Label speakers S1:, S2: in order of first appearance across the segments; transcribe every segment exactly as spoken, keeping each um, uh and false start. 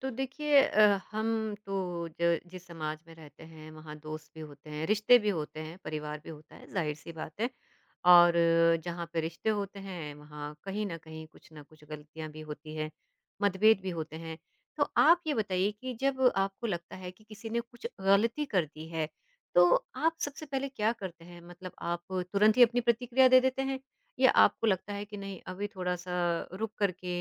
S1: तो देखिए अ, हम तो ज जिस समाज में रहते हैं, वहाँ दोस्त भी होते हैं, रिश्ते भी होते हैं, परिवार भी होता है, ज़ाहिर-सी बात है। और अ, जहाँ पे रिश्ते होते हैं, वहाँ कहीं न कहीं कुछ न कुछ गलतियाँ भी होती हैं, मतभेद भी होते हैं। तो आप ये बताइए कि जब आपको लगता है कि किसी ने कुछ गलती कर दी है, तो आप सबसे पहले क्या करते हैं? मतलब आप तुरंत ही अपनी प्रतिक्रिया दे देते हैं या आपको लगता है कि नहीं, अभी थोड़ा-सा रुक कर के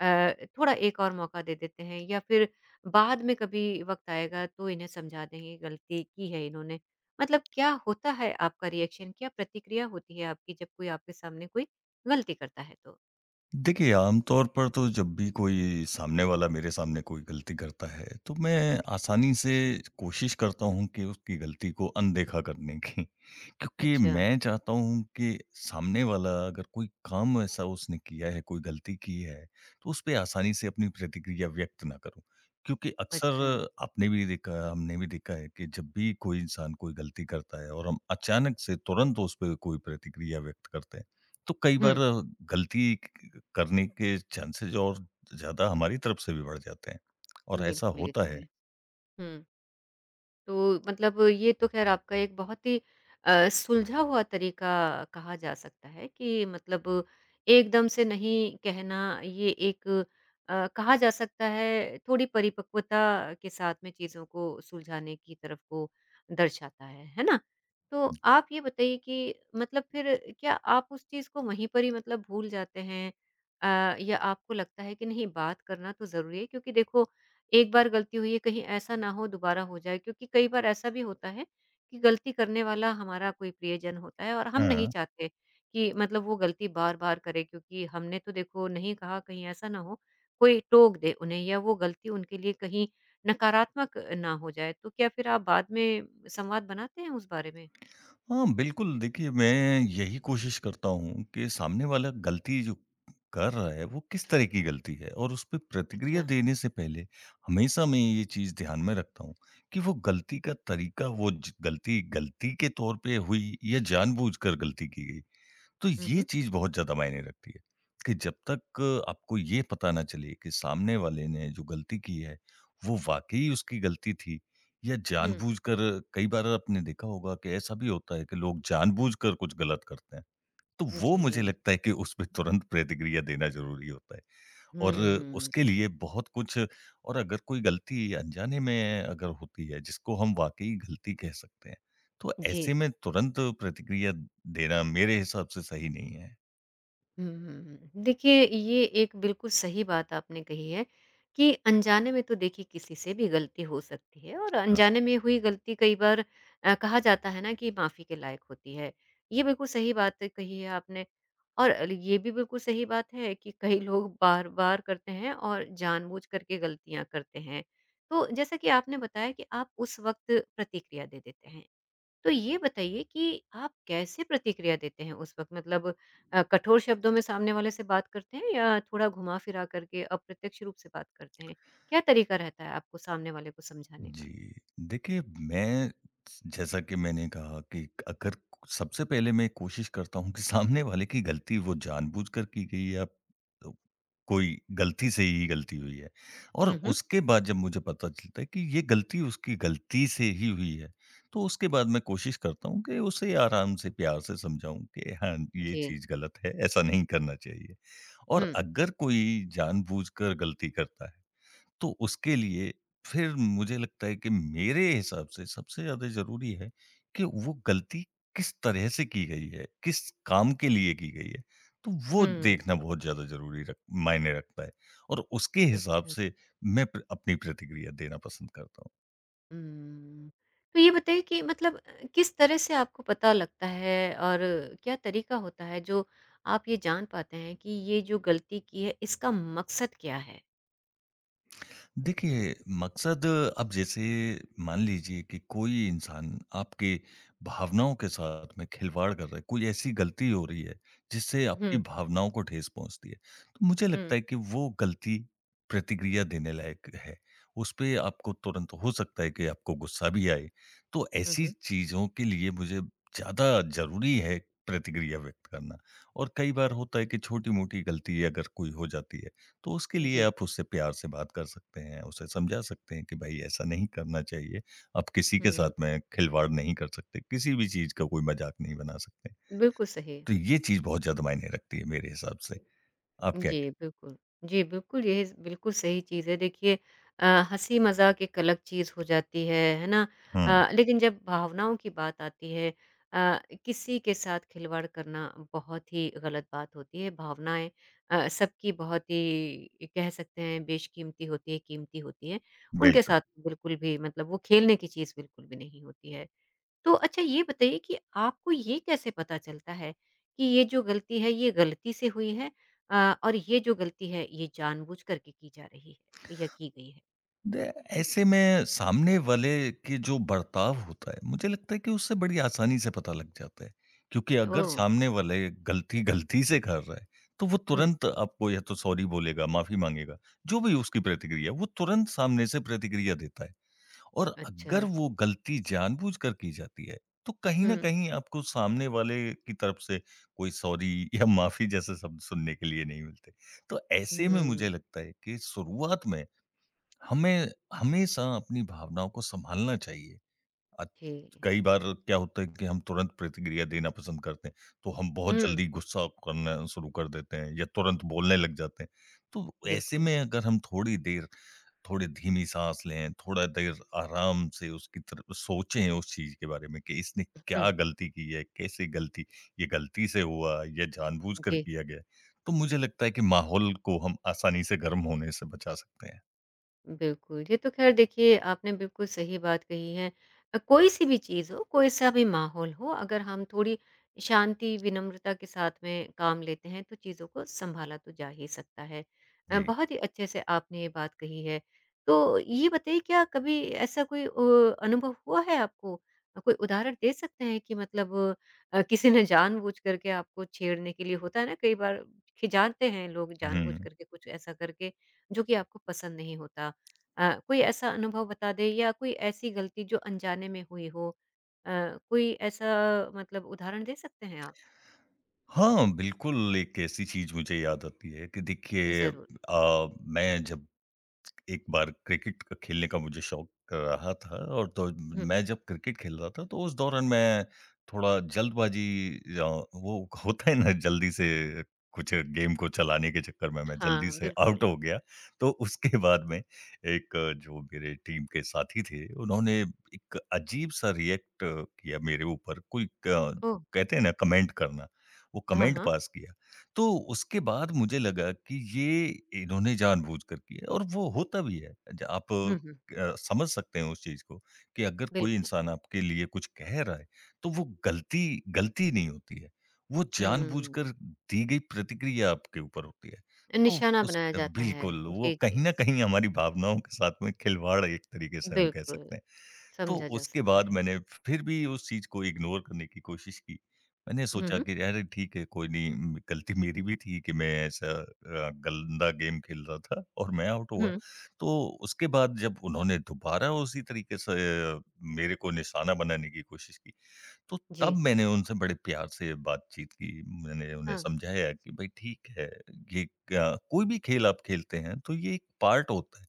S1: अ, थोड़ा एक और मौका दे देते हैं या फिर बाद में कभी वक़्त आएगा तो इन्हें समझा देंगे गलती की है इन्होंने। मतलब क्या होता है आपका रिएक्शन, क्या प्रतिक्रिया होती है आपकी जब कोई आपके सामने कोई गलती करता है तो?
S2: देखिए, आमतौर पर तो जब भी कोई सामने वाला मेरे सामने कोई गलती करता है, तो मैं आसानी से कोशिश करता हूँ कि उसकी गलती को अनदेखा करने की। क्योंकि
S1: अच्छा,
S2: मैं चाहता हूँ कि सामने वाला अगर कोई काम ऐसा उसने किया है, कोई गलती की है, तो उसपे आसानी से अपनी प्रतिक्रिया व्यक्त ना करूँ। क्योंकि
S1: अच्छा।
S2: अक्सर आपने भी देखा, हमने भी देखा है कि जब भी कोई इंसान कोई गलती करता है और हम अचानक से तुरंत उस पे कोई प्रतिक्रिया व्यक्त करते हैं, तो कई बार
S1: हुँ,
S2: गलती क करने के चांसेज़ और ज़्यादा हमारी तरफ से भी बढ़ जाते हैं और ऐसा
S1: बिल्कुल ये
S2: होता
S1: तो है।
S2: है।
S1: हुँ। तो मतलब ये तो ख़ैर आपका एक बहुत ही अ, सुलझा हुआ तरीका कहा जा सकता है कि मतलब एकदम से नहीं कहना ये एक अ, कहा जा सकता है थोड़ी परिपक्वता के साथ में चीज़ों को सुलझाने की तरफ को दर्शाता है, है ना? तो आप ये बताइए कि मतलब फिर क्या आप उस चीज़ को वहीं पर ही मतलब भूल जाते हैं? अ, या आपको लगता है कि नहीं बात करना तो ज़रूरी है क्योंकि देखो एक बार गलती हुई है कहीं ऐसा ना हो दोबारा हो जाए क्योंकि कई बार ऐसा भी होता है कि गलती करने वाला हमारा कोई प्रियजन होता है और हम नहीं
S2: हाँ।
S1: चाहते कि मतलब वो गलती बार बार करे क्योंकि हमने तो देखो नहीं कहा कहीं ऐसा ना हो कोई टोक दे उन्हें या वो गलती उनके लिए कहीं नकारात्मक ना हो जाए तो क्या फिर आप बाद में संवाद बनाते हैं उस बारे में
S2: हाँ, बिल्कुल। देखिए, मैं यही कोशिश करता हूँ कि सामने वाला गलती जो कर रहा है, वो किस तरह की गलती है, और उसपे प्रतिक्रिया
S1: अच्छा
S2: देने से पहले हमेशा मैं ये चीज़ ध्यान में रखता हूँ कि वो गलती का तरीका, वो ज गलती, गलती के तौर पे हुई या जानबूझकर गलती की गई। तो ये
S1: हम्म
S2: चीज़ बहुत ज़्यादा मायने रखती है कि जब तक आपको ये पता ना चले कि सामने वाले ने जो गलती की है, वो वाक़ई उसकी गलती थी या
S1: हम्म
S2: जानबूझकर। कई बार आपने देखा होगा कि ऐसा भी होता है कि लोग जानबूझकर कुछ गलत करते हैं। तो वो मुझे
S1: जी
S2: लगता है कि उसपे तुरंत प्रतिक्रिया देना ज़रूरी होता है। और
S1: हम्म
S2: उसके लिए बहुत कुछ। और अगर कोई गलती अनजाने में अगर होती है, जिसको हम वाक़ई गलती कह सकते हैं, तो
S1: जी
S2: ऐसे में तुरंत प्रतिक्रिया देना मेरे हिसाब से सही नहीं है।
S1: हम्म, देखिए ये एक बिल्कुल सही बात आपने कही है कि अनजाने में तो देखिए किसी से भी गलती हो सकती है और अनजाने में हुई गलती कई बार अ, कहा जाता है ना कि माफी के लायक होती है ये बिल्कुल सही बात कही है आपने और ये भी बिल्कुल सही बात है कि कई लोग बार बार करते हैं और जानबूझ करके गलतियां करते हैं तो जैसा कि आपने बताया कि आप उस वक्त प्रतिक्रिया दे देते हैं तो ये बताइए कि आप कैसे प्रतिक्रिया देते हैं उस वक़्त? मतलब अ, कठोर शब्दों में सामने वाले से बात करते हैं या थोड़ा घुमा-फिरा करके अप्रत्यक्ष रूप से बात करते हैं? क्या तरीका रहता है आपको सामने वाले को समझाने का?
S2: जी। देखिए, मैं जैसा कि मैंने कहा कि अगर सबसे पहले मैं कोशिश करता हूँ कि सामने वाले की गलती वो जानबूझकर की गई है या अ, कोई गलती से ही गलती हुई है, और
S1: हुँ, हुँ।
S2: उसके बाद जब मुझे पता चलता है कि ये गलती उसकी गलती से ही हुई है, तो उसके बाद मैं कोशिश करता हूँ कि उसे आराम से प्यार से समझाऊँ कि हाँ, ये
S1: जी।
S2: चीज़ गलत है, ऐसा नहीं करना चाहिए। और
S1: हुँ।
S2: अगर कोई जानबूझकर गलती करता है, तो उसके लिए फिर मुझे लगता है कि मेरे हिसाब से सबसे ज़्यादा ज़रूरी है कि वो गलती किस तरह से की गई है, किस काम के लिए की गई है। तो वो
S1: हुँ।
S2: देखना बहुत ज़्यादा ज़रूरी रख मायने रखता है, और उसके हिसाब
S1: अच्छा।
S2: से मैं प्र अपनी प्रतिक्रिया देना पसंद करता हूँ।
S1: हुँ। तो ये बताइए कि मतलब अ, किस तरह से आपको पता लगता है और क्या तरीका होता है जो आप ये जान पाते हैं कि ये जो गलती की है इसका मकसद क्या है?
S2: देखिए, मकसद अब जैसे, मान लीजिए कि कोई इंसान आपके भावनाओं के साथ में खिलवाड़ कर रहा है, कोई ऐसी गलती हो रही है, जिससे आपकी
S1: हुँ।
S2: भावनाओं को ठेस पहुँचती है। तो मुझे
S1: हुँ।
S2: लगता है कि वो गलती प्रतिक्रिया देने लायक है। उसपे आपको तुरंत, हो सकता है कि आपको गुस्सा भी आए। तो
S1: हुँ,
S2: ऐसी
S1: हुँ।
S2: चीज़ों के लिए मुझे ज़्यादा ज़रूरी है प्रतिक्रिया व्यक्त करना। और कई बार होता है कि छोटी-मोटी गलती अगर कोई हो जाती है, तो उसके लिए
S1: जी।
S2: आप उससे प्यार से बात कर सकते हैं, उसे समझा सकते हैं कि भाई, ऐसा नहीं करना चाहिए। आप किसी के साथ
S1: हुँ।
S2: में खिलवाड़ नहीं कर सकते, किसी भी चीज़ का कोई मज़ाक नहीं बना सकते।
S1: बिल्कुल सही।
S2: तो ये चीज़ बहुत ज़्यादा मायने रखती है मेरे हिसाब से। आप क्या
S1: जी, बिल्कुल। जी, बिल्कुल, यही स बिल्कुल सही चीज़ है। देखिए अ, हँसी-मज़ाक एक अलग चीज़ हो जाती है, है ना?
S2: हुँ,
S1: अ, लेकिन जब भावनाओं की बात आती है अ, किसी के साथ खिलवाड़ करना बहुत ही गलत बात होती है। भावनाएँ अ, सबकी बहुत ही कह सकते हैं बेशकीमती होती है, कीमती होती है। उनके
S2: बिल्कुल।
S1: साथ बिल्कुल भी मतलब वो खेलने की चीज़ बिल्कुल भी नहीं होती है। तो अच्छा ये बताइए कि आपको ये कैसे पता चलता है कि ये जो गलती है ये गलती से हुई है अ, और ये जो गलती है ये जानबूझ करके की जा रही है या की गई है?
S2: दे- ऐसे में सामने वाले के जो बर्ताव होता है, मुझे लगता है कि उससे बड़ी आसानी से पता लग जाता है, क्योंकि अगर
S1: ओह!
S2: सामने वाले गलती गलती से कर रहा है, तो वो
S1: हुँ,
S2: तुरंत आपको या तो सॉरी बोलेगा, माफी मांगेगा। जो भी उसकी प्रतिक्रिया, वो तुरंत सामने से प्रतिक्रिया देता है। और
S1: अच्छा।
S2: अगर वो गलती जानबूझकर की जाती है, तो कहीं ना
S1: हुँ,
S2: कहीं आपको सामने वाले की तरफ से कोई सॉरी या माफी जैसे शब्द सुनने के लिए नहीं मिलते। तो ऐसे में मुझे
S1: हुँ,
S2: लगता है कि शुरुआत में हमें हमेशा अपनी भावनाओं को संभालना चाहिए। अ,
S1: जी।
S2: कई बार क्या होता है कि हम तुरंत प्रतिक्रिया देना पसंद करते हैं, तो हम बहुत
S1: हुँ,
S2: जल्दी गुस्सा करना शुरू कर देते हैं या तुरंत बोलने लग जाते हैं। तो ऐसे
S1: बिल्कुल।
S2: में अगर हम थोड़ी देर, थोड़ी धीमी साँस लें, थोड़ा देर आराम से उसकी तरफ सोचें उस चीज़ के बारे में कि इसने क्या
S1: हुँ,
S2: गलती की है? कैसे गलती, ये गलती से हुआ या जानबूझकर
S1: जी।
S2: किया गया है? तो मुझे लगता है कि माहौल को हम आसानी से गर्म होने से बचा सकते हैं।
S1: बिल्कुल, ये तो ख़ैर देखिए आपने बिल्कुल सही बात कही है। अ, कोई-सी भी चीज़ हो, कोई-सा भी माहौल हो, अगर हम थोड़ी शांति, विनम्रता के साथ में काम लेते हैं, तो चीज़ों को सँभाला तो जा ही सकता है। अ,
S2: जी।
S1: बहुत ही अच्छे से आपने ये बात कही है। तो ये बताइए क्या कभी ऐसा कोई अ, अनुभव हुआ है आपको? अ, कोई उदाहरण दे सकते हैं कि मतलब अ, किसी ने जानबूझ कर के आपको छेड़ने के लिए होता है ना कई बार खिजाते हैं लोग जानबूझ
S2: हुँ।
S1: कर के कुछ ऐसा करके, जो कि आपको पसंद नहीं होता। अ, कोई ऐसा अनुभव बता दें या कोई ऐसी गलती जो अनजाने में हुई हो अ, कोई ऐसा मतलब उदाहरण दे सकते हैं आप?
S2: हाँ, बिल्कुल। एक ऐसी चीज़ मुझे याद आती है कि देखिए,
S1: ज़रूर।
S2: अ, मैं जब एक बार क्रिकेट का- खेलने का मुझे शौक रहा था, और तो
S1: हुँ।
S2: मैं जब क्रिकेट खेल रहा था, तो उस दौरान मैं थोड़ा जल्दबाजी, अ, वो होता है ना, जल्दी से कुछ गेम को चलाने के चक्कर में मैं जल्दी
S1: हाँ,
S2: से
S1: बिल्कुल।
S2: आउट हो गया। तो उसके बाद में एक, जो मेरे टीम के साथी थे, उन्होंने एक अजीब-सा रिएक्ट किया मेरे ऊपर। कोई क जो
S1: ओह!
S2: कहते हैं ना कमेंट करना, वो
S1: हाँ,
S2: कमेंट
S1: हाँ।
S2: पास किया। तो उसके बाद मुझे लगा कि ये, इन्होंने जानबूझकर किया है, और वो होता भी है। ज आप
S1: हुँ, हुँ।
S2: अ, समझ सकते हैं उस चीज़ को, कि अगर कोई
S1: बिल्कुल।
S2: इंसान आपके लिए कुछ कह रहा है, तो वो गलती गलती नहीं होती है। वो
S1: हुँ,
S2: जानबूझकर दी गई प्रतिक्रिया आपके ऊपर होती है। तो
S1: निशाना
S2: उस,
S1: बनाया जाता है।
S2: बिल्कुल, वो
S1: जी, जी।
S2: कहीं न कहीं हमारी भावनाओं के साथ में खिलवाड़ है, एक तरीके से हम कह
S1: बिल्कुल,
S2: सकते हैं। तो
S1: समझा जा
S2: उसके
S1: सकता
S2: बाद
S1: है।
S2: मैंने फिर भी उस चीज़ को इग्नोर करने की कोशिश की। मैंने
S1: हुँ,
S2: सोचा
S1: हुँ।
S2: कि अरे ठीक है, कोई नहीं। उम, गलती मेरी भी थी कि मैं ऐसा अ, गंदा गेम खेल रहा था और मैं आउट हुआ।
S1: हुँ,
S2: तो उसके बाद जब उन्होंने दोबारा उसी तरीके से अ, मेरे को निशाना बनाने की कोशिश की, तो
S1: जी।
S2: तब मैंने उनसे बड़े प्यार से बातचीत की। मैंने उन्हें
S1: हाँ,
S2: समझाया कि भाई ठीक है, ये क कोई भी खेल आप खेलते हैं, तो ये एक पार्ट होता है।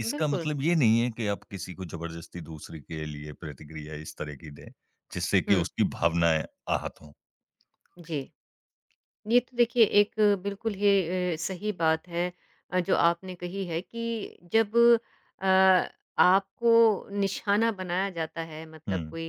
S2: इसका
S1: बिल्कुल।
S2: मतलब ये नहीं है कि आप किसी को ज़बरदस्ती दूसरे के लिए प्रतिक्रिया इस तरह की दें, जिससे कि
S1: हुँ,
S2: उसकी भावनाएँ आहत हों।
S1: जी। ये तो देखिए एक बिल्कुल ही अ, सही बात है अ, जो आपने कही है कि जब अ, आपको निशाना बनाया जाता है मतलब
S2: हुँ,
S1: कोई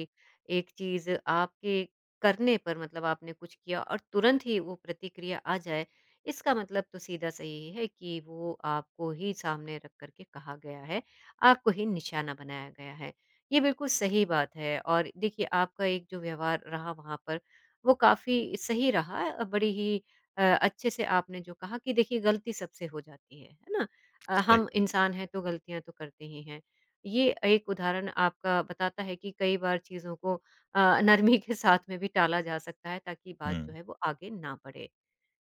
S1: एक चीज़ आपके करने पर मतलब आपने कुछ किया और तुरंत ही वो प्रतिक्रिया आ जाए, इसका मतलब तो सीधा सही है कि वो आपको ही सामने रख कर के कहा गया है, आपको ही निशाना बनाया गया है। ये बिल्कुल सही बात है और देखिए आपका एक जो व्यवहार रहा वहाँ पर वो काफ़ी सही रहा अ, बड़ी ही अ, अच्छे से आपने जो कहा कि देखिए गलती सबसे हो जाती है, है ना? अ,
S2: सही
S1: हम
S2: बात।
S1: इंसान हैं तो गलतियाँ तो करते ही हैं। ये एक उदाहरण आपका बताता है कि कई बार चीज़ों को अ, नरमी के साथ में भी टाला जा सकता है ताकि
S2: हुँ।
S1: बात जो है वो आगे ना बढ़े।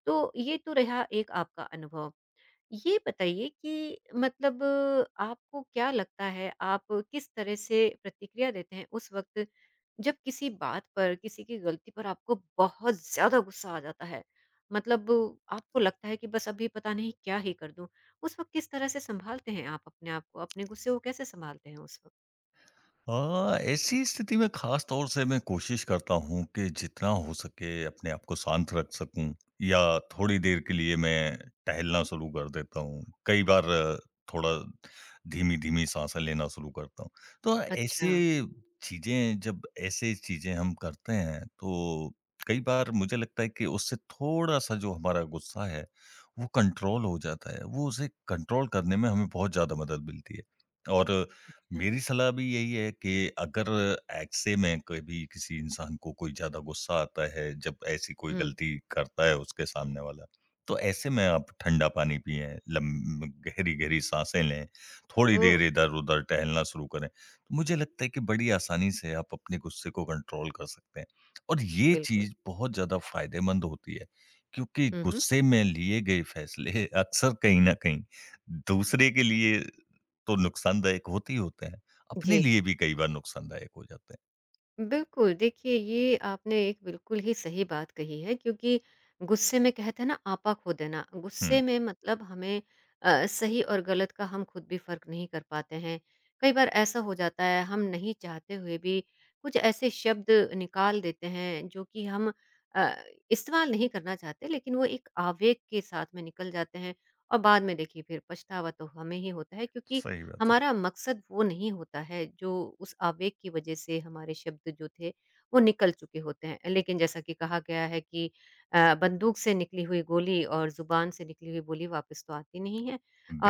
S1: तो ये तो रहा एक आपका अनुभव। ये बताइए कि मतलब आपको क्या लगता है, आप किस तरह से प्रतिक्रिया देते हैं उस वक़्त, जब किसी बात पर, किसी की गलती पर आपको बहुत ज़्यादा गुस्सा आ जाता है? मतलब आपको लगता है कि बस अभी पता नहीं क्या ही कर दूँ? उस वक़्त किस तरह से सँभालते हैं आप अपने आप को? अपने गुस्से को कैसे सँभालते हैं उस वक़्त?
S2: हाँ, ऐसी स्थिति में खास तौर से मैं कोशिश करता हूँ कि जितना हो सके अपने आप को शांत रख सकूँ, या थोड़ी देर के लिए मैं टहलना शुरू कर देता हूँ। कई बार अ, थोड़ा धीमी-धीमी साँसें लेना शुरू करता हूँ। तो
S1: अच्छा।
S2: ऐसे चीज़ें जब ऐसे चीज़ें हम करते हैं, तो कई बार मुझे लगता है कि उससे थोड़ा-सा जो हमारा गुस्सा है, वो कंट्रोल हो जाता है। वो उसे कंट्रोल करने में हमें बहुत ज़्यादा मदद मिलती है। और
S1: अच्छा।
S2: मेरी सलाह भी यही है कि अगर ऐसे में कभी किसी इंसान को कोई ज़्यादा गुस्सा आता है, जब ऐसी कोई
S1: हुँ।
S2: गलती करता है उसके सामने वाला, तो ऐसे में आप ठंडा पानी पिएँ, लम गहरी-गहरी साँसें लें, थोड़ी
S1: ओह!
S2: देर इधर-उधर टहलना शुरू करें। तो मुझे लगता है कि बड़ी आसानी से आप अपने गुस्से को कंट्रोल कर सकते हैं, और ये
S1: बिल्कुल।
S2: चीज़ बहुत ज़्यादा फ़ायदेमंद होती है, क्योंकि
S1: हुँ, हुँ।
S2: गुस्से में लिए गए फैसले अक्सर कहीं न कहीं दूसरे के लिए तो नुकसानदायक होते ही होते हैं। अपने
S1: जी।
S2: लिए भी कई बार नुकसानदायक हो जाते हैं।
S1: बिल्कुल, देखिए ये आपने एक बिल्कुल ही सही बात कही है क्योंकि गुस्से में कहते हैं ना आपा खो देना,
S2: हुँ,
S1: गुस्से में मतलब हमें अ, सही और गलत का हम खुद भी फ़र्क नहीं कर पाते हैं। कई बार ऐसा हो जाता है हम नहीं चाहते हुए भी कुछ ऐसे शब्द निकाल देते हैं जो कि हम अ, इस्तेमाल नहीं करना चाहते लेकिन वो एक आवेग के साथ में निकल जाते हैं और बाद में देखिए फिर पछतावा तो हमें ही होता है क्योंकि
S2: सही बात है।
S1: हमारा मकसद वो नहीं होता है जो उस आवेग की वजह से हमारे शब्द जो थे वो निकल चुके होते हैं लेकिन जैसा कि कहा गया है कि अ, बंदूक से निकली हुई गोली और ज़ुबान से निकली हुई बोली वापस तो आती नहीं है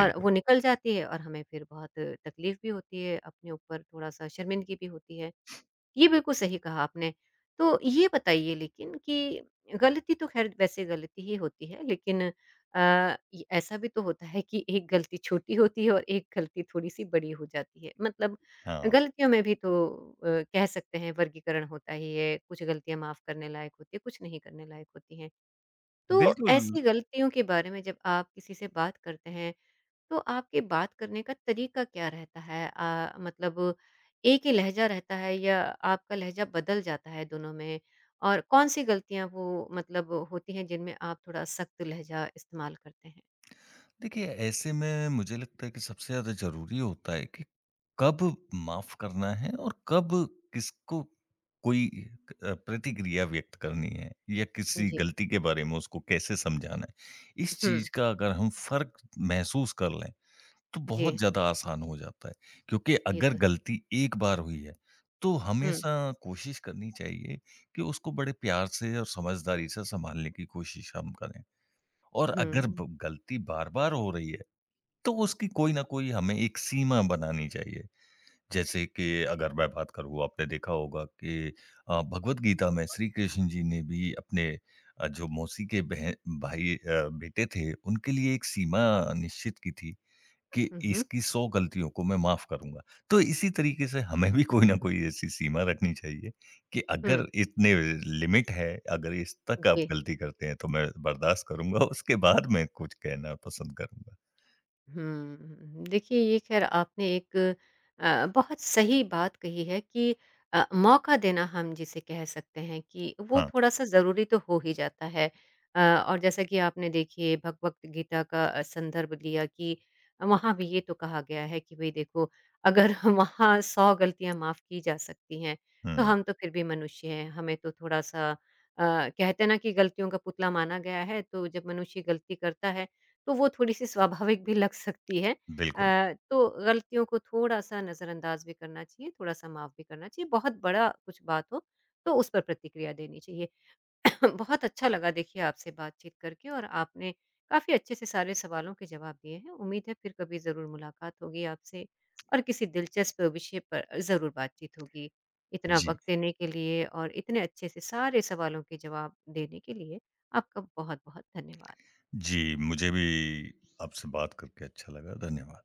S1: और वो निकल जाती है और हमें फिर बहुत तकलीफ़ भी होती है अपने ऊपर थोड़ा सा शर्मिंदगी भी होती है ये बिल्कुल सही कहा आपने। तो ये बताइए लेकिन कि गलती तो ख़ैर वैसे गलती ही होती है लेकिन अ, ये ऐसा भी तो होता है कि एक गलती छोटी होती है और एक गलती थोड़ी-सी बड़ी हो जाती है। मतलब
S2: हाँ,
S1: गलतियों में भी तो अ, कह सकते हैं वर्गीकरण होता ही है, कुछ गलतियाँ माफ़ करने लायक होती हैं, कुछ नहीं करने लायक होती हैं। तो
S2: बिल्कुल।
S1: ऐसी गलतियों के बारे में जब आप किसी से बात करते हैं तो आपके बात करने का तरीका क्या रहता है? अ, मतलब एक ही लहज़ा रहता है या आपका लहज़ा बदल जाता है दोनों में? और कौन-सी गलतियाँ वो मतलब होती हैं जिनमें आप थोड़ा सख्त लहज़ा इस्तेमाल करते हैं?
S2: देखिए, ऐसे में मुझे लगता है कि सबसे ज़्यादा ज़रूरी होता है कि कब माफ़ करना है और कब किसको कोई क अ, प्रतिक्रिया व्यक्त करनी है, या किसी
S1: जी।
S2: गलती के बारे में उसको कैसे समझाना है। इस
S1: हुँ,
S2: चीज़ का अगर हम फ़र्क महसूस कर लें, तो बहुत
S1: जी,
S2: ज़्यादा आसान हो जाता है, क्योंकि
S1: ये
S2: अगर
S1: तो है।
S2: गलती एक बार हुई है, तो
S1: हुँ,
S2: हमेशा कोशिश करनी चाहिए कि उसको बड़े प्यार से और समझदारी से सँभालने की कोशिश हम करें। और अगर
S1: हुँ।
S2: ब गलती बार-बार हो रही है, तो उसकी कोई न कोई हमें एक सीमा बनानी चाहिए। जैसे कि अगर मैं बात करूँ, आपने देखा होगा कि अ, भगवद गीता में श्री कृष्ण जी ने भी अपने, अ, जो मौसी के बहन भाई अ, बेटे थे, उनके लिए एक सीमा निश्चित की थी कि
S1: हुँ, हुँ।
S2: इसकी सौ गलतियों को मैं माफ़ करूँगा। तो इसी तरीके से
S1: अच्छा।
S2: हमें भी कोई न कोई ऐसी सीमा रखनी चाहिए कि
S1: हुँ,
S2: अगर इतने लिमिट है, अगर इस तक आप
S1: जी।
S2: गलती करते हैं, तो मैं बर्दाश्त करूँगा, उसके बाद मैं कुछ कहना पसंद करूँगा।
S1: हम्म, देखिए ये ख़ैर आपने एक अ, बहुत सही बात कही है कि अ, मौका देना हम जिसे कह सकते हैं कि वो
S2: हाँ।
S1: थोड़ा-सा ज़रूरी तो हो ही जाता है। अ, और जैसा कि आपने देखिए भगवत गीता का अ, संदर्भ लिया कि वहाँ भी ये तो कहा गया है कि भई देखो अगर वहाँ सौ गलतियाँ माफ़ की जा सकती हैं, तो
S2: हुँ,
S1: हम तो फिर भी मनुष्य हैं, हमें तो थोड़ा-सा अ, कहते हैं ना कि गलतियों का पुतला माना गया है, तो जब मनुष्य गलती करता है तो वो थोड़ी-सी स्वाभाविक भी लग सकती है।
S2: बिल्कुल।
S1: अ, तो गलतियों को थोड़ा-सा नज़रअंदाज भी करना चाहिए, थोड़ा-सा माफ़ भी करना चाहिए, बहुत बड़ा कुछ बात हो तो उस पर प्रतिक्रिया देनी चाहिए। बहुत अच्छा लगा देखिए आपसे बातचीत करके और आपने काफ़ी अच्छे से सारे सवालों के जवाब दिए हैं। उम्मीद है फिर कभी ज़रूर मुलाकात होगी आपसे और किसी दिलचस्प विषय पर ज़रूर बातचीत होगी। इतना
S2: जी,
S1: वक़्त देने के लिए और इतने अच्छे से सारे सवालों के जवाब देने के लिए आपका बहुत-बहुत धन्यवाद।
S2: जी, मुझे भी आपसे बात करके अच्छा लगा। धन्यवाद।